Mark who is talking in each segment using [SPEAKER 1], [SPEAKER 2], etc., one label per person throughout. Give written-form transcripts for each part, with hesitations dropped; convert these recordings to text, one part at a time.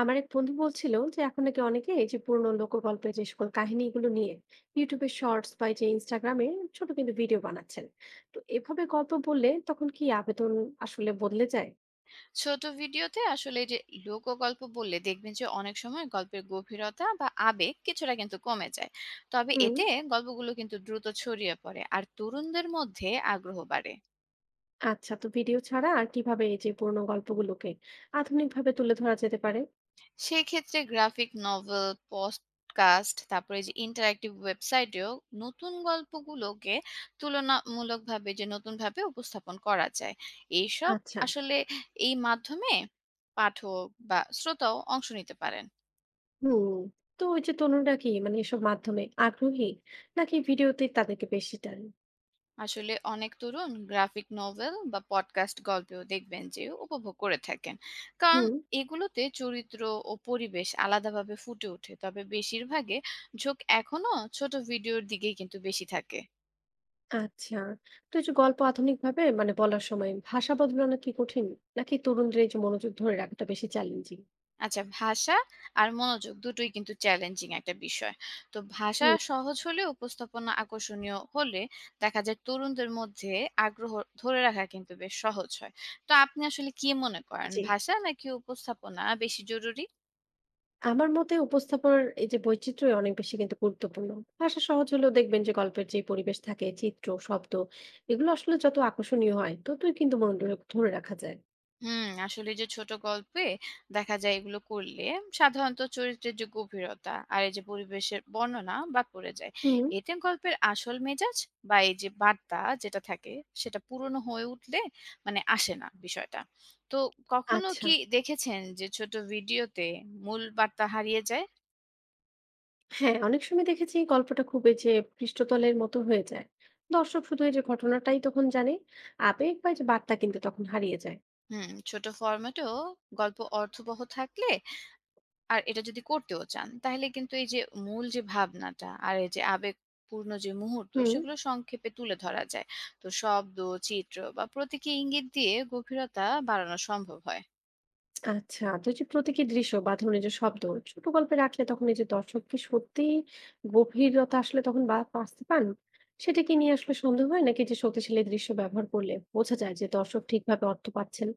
[SPEAKER 1] আমার এক বন্ধু বলছিল যে এখন নাকি অনেকে এই যে পুরনো লোকগল্পের যে সকল কাহিনীগুলো নিয়ে ইউটিউবে শর্টস বা এই যে ইনস্টাগ্রামে ছোট কিন্তু ভিডিও বানাচ্ছেন। তো এভাবে গল্প বললে তখন কি আবেদন আসলে বদলে যায়?
[SPEAKER 2] ছোট ভিডিওতে আসলে এই যে লোকগল্প বললে দেখবেন যে অনেক সময় গল্পের গভীরতা বা আবেগ কিছুটা কিন্তু কমে যায়। তবে
[SPEAKER 1] হুম।
[SPEAKER 2] এতে গল্পগুলো কিন্তু দ্রুত ছড়িয়ে পড়ে আর তরুণদের মধ্যে আগ্রহ বাড়ে।
[SPEAKER 1] আচ্ছা, তো ভিডিও ছাড়া আর কিভাবে এই যে পুরনো গল্পগুলোকে আধুনিক ভাবে তুলে ধরা যেতে পারে?
[SPEAKER 2] সেই ক্ষেত্রে গ্রাফিক নভেল, পডকাস্ট, তারপরে যে ইন্টারাক্টিভ ওয়েবসাইটেও নতুন গল্পগুলোকে তুলনামূলকভাবে যে নতুনভাবে উপস্থাপন করা যায় এইসব।
[SPEAKER 1] আচ্ছা।
[SPEAKER 2] আসলে এই মাধ্যমে পাঠক বা শ্রোতাও অংশ নিতে পারেন।
[SPEAKER 1] হুম। তো ওই যে তরুণরা কি মানে এসব মাধ্যমে আগ্রহী নাকি ভিডিওতে তাদেরকে বেশি টানে?
[SPEAKER 2] আসলে অনেক তরুণ গ্রাফিক নভেল বা পডকাস্ট গল্পেও দেখবেন যে উপভোগ করে থাকেন, কারণ
[SPEAKER 1] হুম।
[SPEAKER 2] এগুলোতে চরিত্র ও পরিবেশ আলাদাভাবে ফুটে ওঠে। তবে বেশিরভাগে ঝোঁক এখনো ছোট ভিডিওর দিকেই কিন্তু বেশি থাকে।
[SPEAKER 1] আচ্ছা। তো এই যে গল্প আধুনিকভাবে মানে বলার সময় ভাষা বদলানো কি কঠিন? নাকি তরুণদের এই যে মনোযোগ ধরে রাখাটা বেশি চ্যালেঞ্জিং?
[SPEAKER 2] আচ্ছা, ভাষা আর মনোযোগ দুটোই কিন্তু চ্যালেঞ্জিং একটা বিষয়। তো ভাষা
[SPEAKER 1] হুম,
[SPEAKER 2] সহজ হলে, উপস্থাপনা আকর্ষণীয় হলে দেখা যায় তরুণদের মধ্যে আগ্রহ ধরে রাখা কিন্তু বেশ সহজ হয়। তো আপনি আসলে কি মনে করেন,
[SPEAKER 1] জি।
[SPEAKER 2] ভাষা নাকি উপস্থাপনা বেশি জরুরি?
[SPEAKER 1] আমার মতে উপস্থাপনার এই যে বৈচিত্র্য অনেক বেশি কিন্তু গুরুত্বপূর্ণ। ভাষা সহজ হলেও দেখবেন যে গল্পের যে পরিবেশ থাকে, চিত্র, শব্দ এগুলো আসলে যত আকর্ষণীয় হয় ততই কিন্তু মনোযোগ ধরে রাখা যায়।
[SPEAKER 2] হুম, আসলে যে ছোট গল্পে দেখা যায় এগুলো করলে সাধারণত চরিত্রের যে গভীরতা আর এই যে পরিবেশের বর্ণনা বাদ পড়ে যায়।
[SPEAKER 1] হুম।
[SPEAKER 2] এতে গল্পের আসল মেজাজ বা এই যে বার্তা যেটা থাকে সেটা পুরনো হয়ে উঠলে মানে আসে না বিষয়টা। তো কখনো
[SPEAKER 1] আচ্ছা।
[SPEAKER 2] কি দেখেছেন যে ছোট ভিডিওতে মূল বার্তা হারিয়ে যায়?
[SPEAKER 1] হ্যাঁ, অনেক সময় দেখেছি গল্পটা খুব এই যে পৃষ্ঠতলের মতো হয়ে যায়। দর্শক শুধু এই যে ঘটনাটাই তখন জানে, আবেগ বা এই যে বার্তা কিন্তু তখন হারিয়ে যায়।
[SPEAKER 2] হুম, ছোট ফরম্যাটেও গল্প অর্থবহ থাকলে, আর এটা যদি করতেও চান তাহলে কিন্তু এই যে মূল যে ভাবনাটা আর এই যে আবেগপূর্ণ যে মুহূর্ত
[SPEAKER 1] হুম।
[SPEAKER 2] সেগুলো সংক্ষেপে তুলে ধরা যায়। তো শব্দ, চিত্র বা প্রতীকী ইঙ্গিত দিয়ে গভীরতা বাড়ানো সম্ভব হয়।
[SPEAKER 1] আচ্ছা, তো এই যে প্রতীকী দৃশ্য বা ধরুন এই যে শব্দ ছোট গল্পে রাখলে তখন এই যে দর্শক কি সত্যি গভীরতা আসলে তখন বা বুঝতে পান? সেটা কি নিয়ে আসলে সন্দেহ হয় নাকি যে শক্তিশালী দৃশ্য ব্যবহার করলে বোঝা যায় যে দর্শক ঠিকভাবে অর্থ পাচ্ছেন?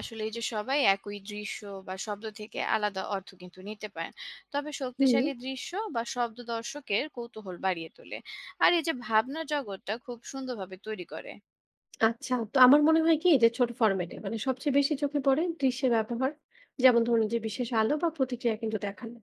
[SPEAKER 2] আসলে এই যে সবাই একই দৃশ্য বা শব্দ থেকে আলাদা অর্থ কিন্তু নিতে পারেন। তবে
[SPEAKER 1] হুম।
[SPEAKER 2] শক্তিশালী দৃশ্য বা শব্দ দর্শকের কৌতূহল বাড়িয়ে তোলে আর এই যে ভাবনা জগৎটা খুব সুন্দরভাবে তৈরি করে।
[SPEAKER 1] আচ্ছা, তো আমার মনে হয় কি যে ছোট ফরম্যাটে মানে সবচেয়ে বেশি চোখে পড়ে দৃশ্যের ব্যবহার, যেমন ধরুন যে বিশেষ আলো বা প্রতিক্রিয়া কিন্তু দেখানো।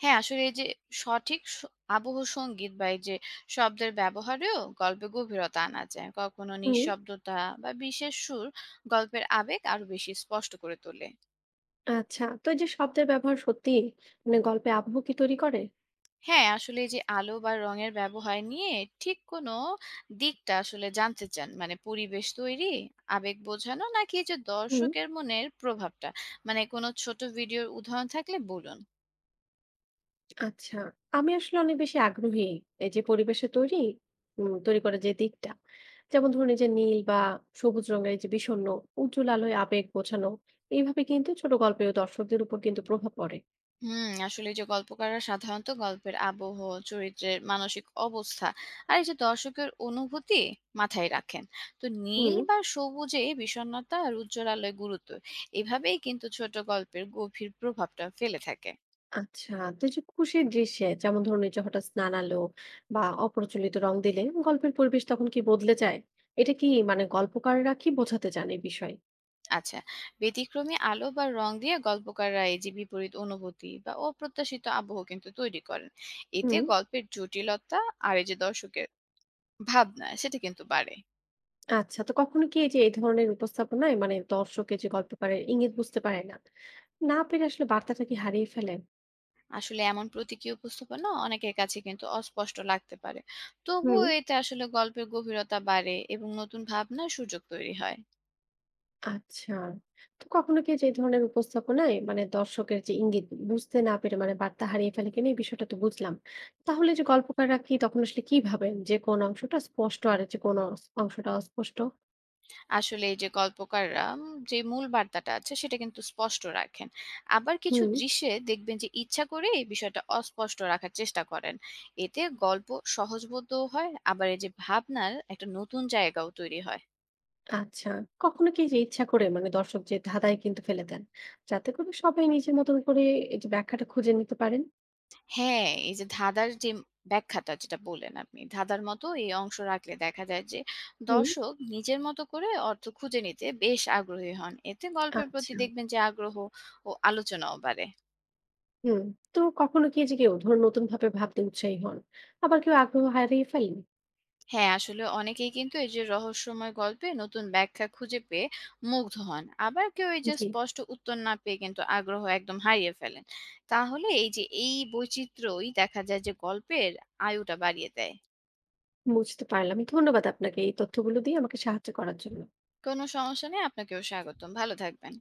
[SPEAKER 2] হ্যাঁ, আসলে এই যে সঠিক স আবহ সঙ্গীত বা এই যে শব্দের ব্যবহারেও গল্পে গভীরতা আনা যায়। কখনো
[SPEAKER 1] হুম।
[SPEAKER 2] নিঃশব্দতা বা বিশেষ সুর গল্পের আবেগ আরো বেশি স্পষ্ট করে তোলে।
[SPEAKER 1] আচ্ছা, তো এই যে শব্দের ব্যবহার সত্যি মানে গল্পে আবহ কি তৈরি করে?
[SPEAKER 2] হ্যাঁ, আসলে এই যে আলো বা রঙের ব্যবহার নিয়ে ঠিক কোন দিকটা আসলে জানতে চান? মানে পরিবেশ তৈরি, আবেগ বোঝানো নাকি এই যে
[SPEAKER 1] হুম।
[SPEAKER 2] দর্শকের মনের প্রভাবটা? মানে কোনো ছোট ভিডিওর উদাহরণ থাকলে বলুন।
[SPEAKER 1] আচ্ছা, আমি আসলে অনেক বেশি আগ্রহী এই যে পরিবেশে তৈরি তৈরি করার যে দিকটা। যেমন ধরুন এই যে নীল বা সবুজ রঙের এই যে বিষণ্ণ উজ্জ্বল আলোয় আবেগ বোঝানো এইভাবে কিন্তু ছোট গল্পেও দর্শকদের উপর কিন্তু প্রভাব পড়ে।
[SPEAKER 2] হুম, আসলে যে গল্পকাররা সাধারণত গল্পের আবহ, চরিত্রের মানসিক অবস্থা আর এই যে দর্শকের অনুভূতি মাথায় রাখেন। তো নীল
[SPEAKER 1] হুম।
[SPEAKER 2] বা সবুজে বিষণ্ণতা আর উজ্জ্বল আলোয় গুরুত্ব এভাবেই কিন্তু ছোট গল্পের গভীর প্রভাবটা ফেলে থাকে।
[SPEAKER 1] আচ্ছা, তো এই যে খুশির দৃশ্যে যেমন ধরুন এই যে হঠাৎ স্নান আলো বা অপ্রচলিত রং দিলে গল্পের পরিবেশ তখন কি বদলে যায়? এটা কি মানে গল্পকাররা কি বোঝাতে চান এই বিষয়ে?
[SPEAKER 2] আচ্ছা, ব্যতিক্রমী আলো বা রং দিয়ে গল্পকাররা এই যে বিপরীত অনুভূতি বা অপ্রত্যাশিত আবহ কিন্তু তৈরি করেন। এতে
[SPEAKER 1] হুম।
[SPEAKER 2] গল্পের জটিলতা আর এই যে দর্শকের ভাবনা সেটা কিন্তু বাড়ে।
[SPEAKER 1] আচ্ছা, তো কখনো কি এই যে এই ধরনের উপস্থাপনায় মানে দর্শকের যে গল্পকারের ইঙ্গিত বুঝতে পারে না, না পেরে আসলে বার্তাটা কি হারিয়ে ফেলেন?
[SPEAKER 2] আসলে এমন প্রতীকী উপস্থাপনা অনেকের কাছে কিন্তু অস্পষ্ট লাগতে পারে,
[SPEAKER 1] হুম।
[SPEAKER 2] তবুও এতে আসলে গল্পের গভীরতা বাড়ে এবং নতুন ভাবনার সুযোগ তৈরি হয়।
[SPEAKER 1] আচ্ছা। তো কখনো কি যে এই ধরনের উপস্থাপনায় মানে দর্শকের যে ইঙ্গিত বুঝতে না পেরে মানে বার্তা হারিয়ে ফেলে কিনা এই বিষয়টা তো বুঝলাম। তাহলে যে গল্পকাররা কি তখন আসলে কি ভাবেন যে কোন অংশটা স্পষ্ট আর যে কোন অংশটা অস্পষ্ট?
[SPEAKER 2] আসলে এই যে গল্পকাররা যে মূল বার্তাটা আছে সেটা কিন্তু স্পষ্ট রাখেন। আবার কিছু
[SPEAKER 1] হুম।
[SPEAKER 2] দৃশ্যে দেখবেন যে ইচ্ছা করে এই বিষয়টা অস্পষ্ট রাখার চেষ্টা করেন। এতে গল্প সহজবোধ্য হয়, আবার এই যে ভাবনার একটা নতুন জায়গাও তৈরি হয়।
[SPEAKER 1] আচ্ছা। কখনো কি যে ইচ্ছা করে মানে দর্শক যে ধাঁধায় কিন্তু ফেলে দেন? যাতে করে সবাই নিজের মতন করে এই যে ব্যাখ্যাটা খুঁজে নিতে পারেন?
[SPEAKER 2] হ্যাঁ, এই যে ধাঁধার যে ব্যাখ্যাটা যেটা বললেন আপনি, ধাঁধার মতো এই অংশ রাখলে দেখা যায় যে
[SPEAKER 1] হুম।
[SPEAKER 2] দর্শক নিজের মতো করে অর্থ খুঁজে নিতে বেশ আগ্রহী হন। এতে গল্পের প্রতি
[SPEAKER 1] আচ্ছা।
[SPEAKER 2] দেখবেন যে আগ্রহ ও আলোচনাও বাড়ে।
[SPEAKER 1] হুম, তো কখনো কি এই যে কেউ ধরুন নতুন ভাবে ভাবতে উৎসাহী হন আবার কেউ আগ্রহ হারিয়ে ফেলেন?
[SPEAKER 2] হ্যাঁ, আসলে অনেকেই কিন্তু এই যে রহস্যময় গল্পে নতুন ব্যাখ্যা খুঁজে পেয়ে মুগ্ধ হন। আবার কেউ এই যে
[SPEAKER 1] জি।
[SPEAKER 2] স্পষ্ট উত্তর না পেয়ে কিন্তু আগ্রহ একদম হারিয়ে ফেলেন। তাহলে এই যে এই বৈচিত্র্যই দেখা যায় যে গল্পের আয়ুটা বাড়িয়ে দেয়।
[SPEAKER 1] বুঝতে পারলাম, ধন্যবাদ আপনাকে এই তথ্যগুলো দিয়ে আমাকে সাহায্য করার জন্য।
[SPEAKER 2] কোনো সমস্যা নেই, আপনাকেও স্বাগতম। ভালো থাকবেন।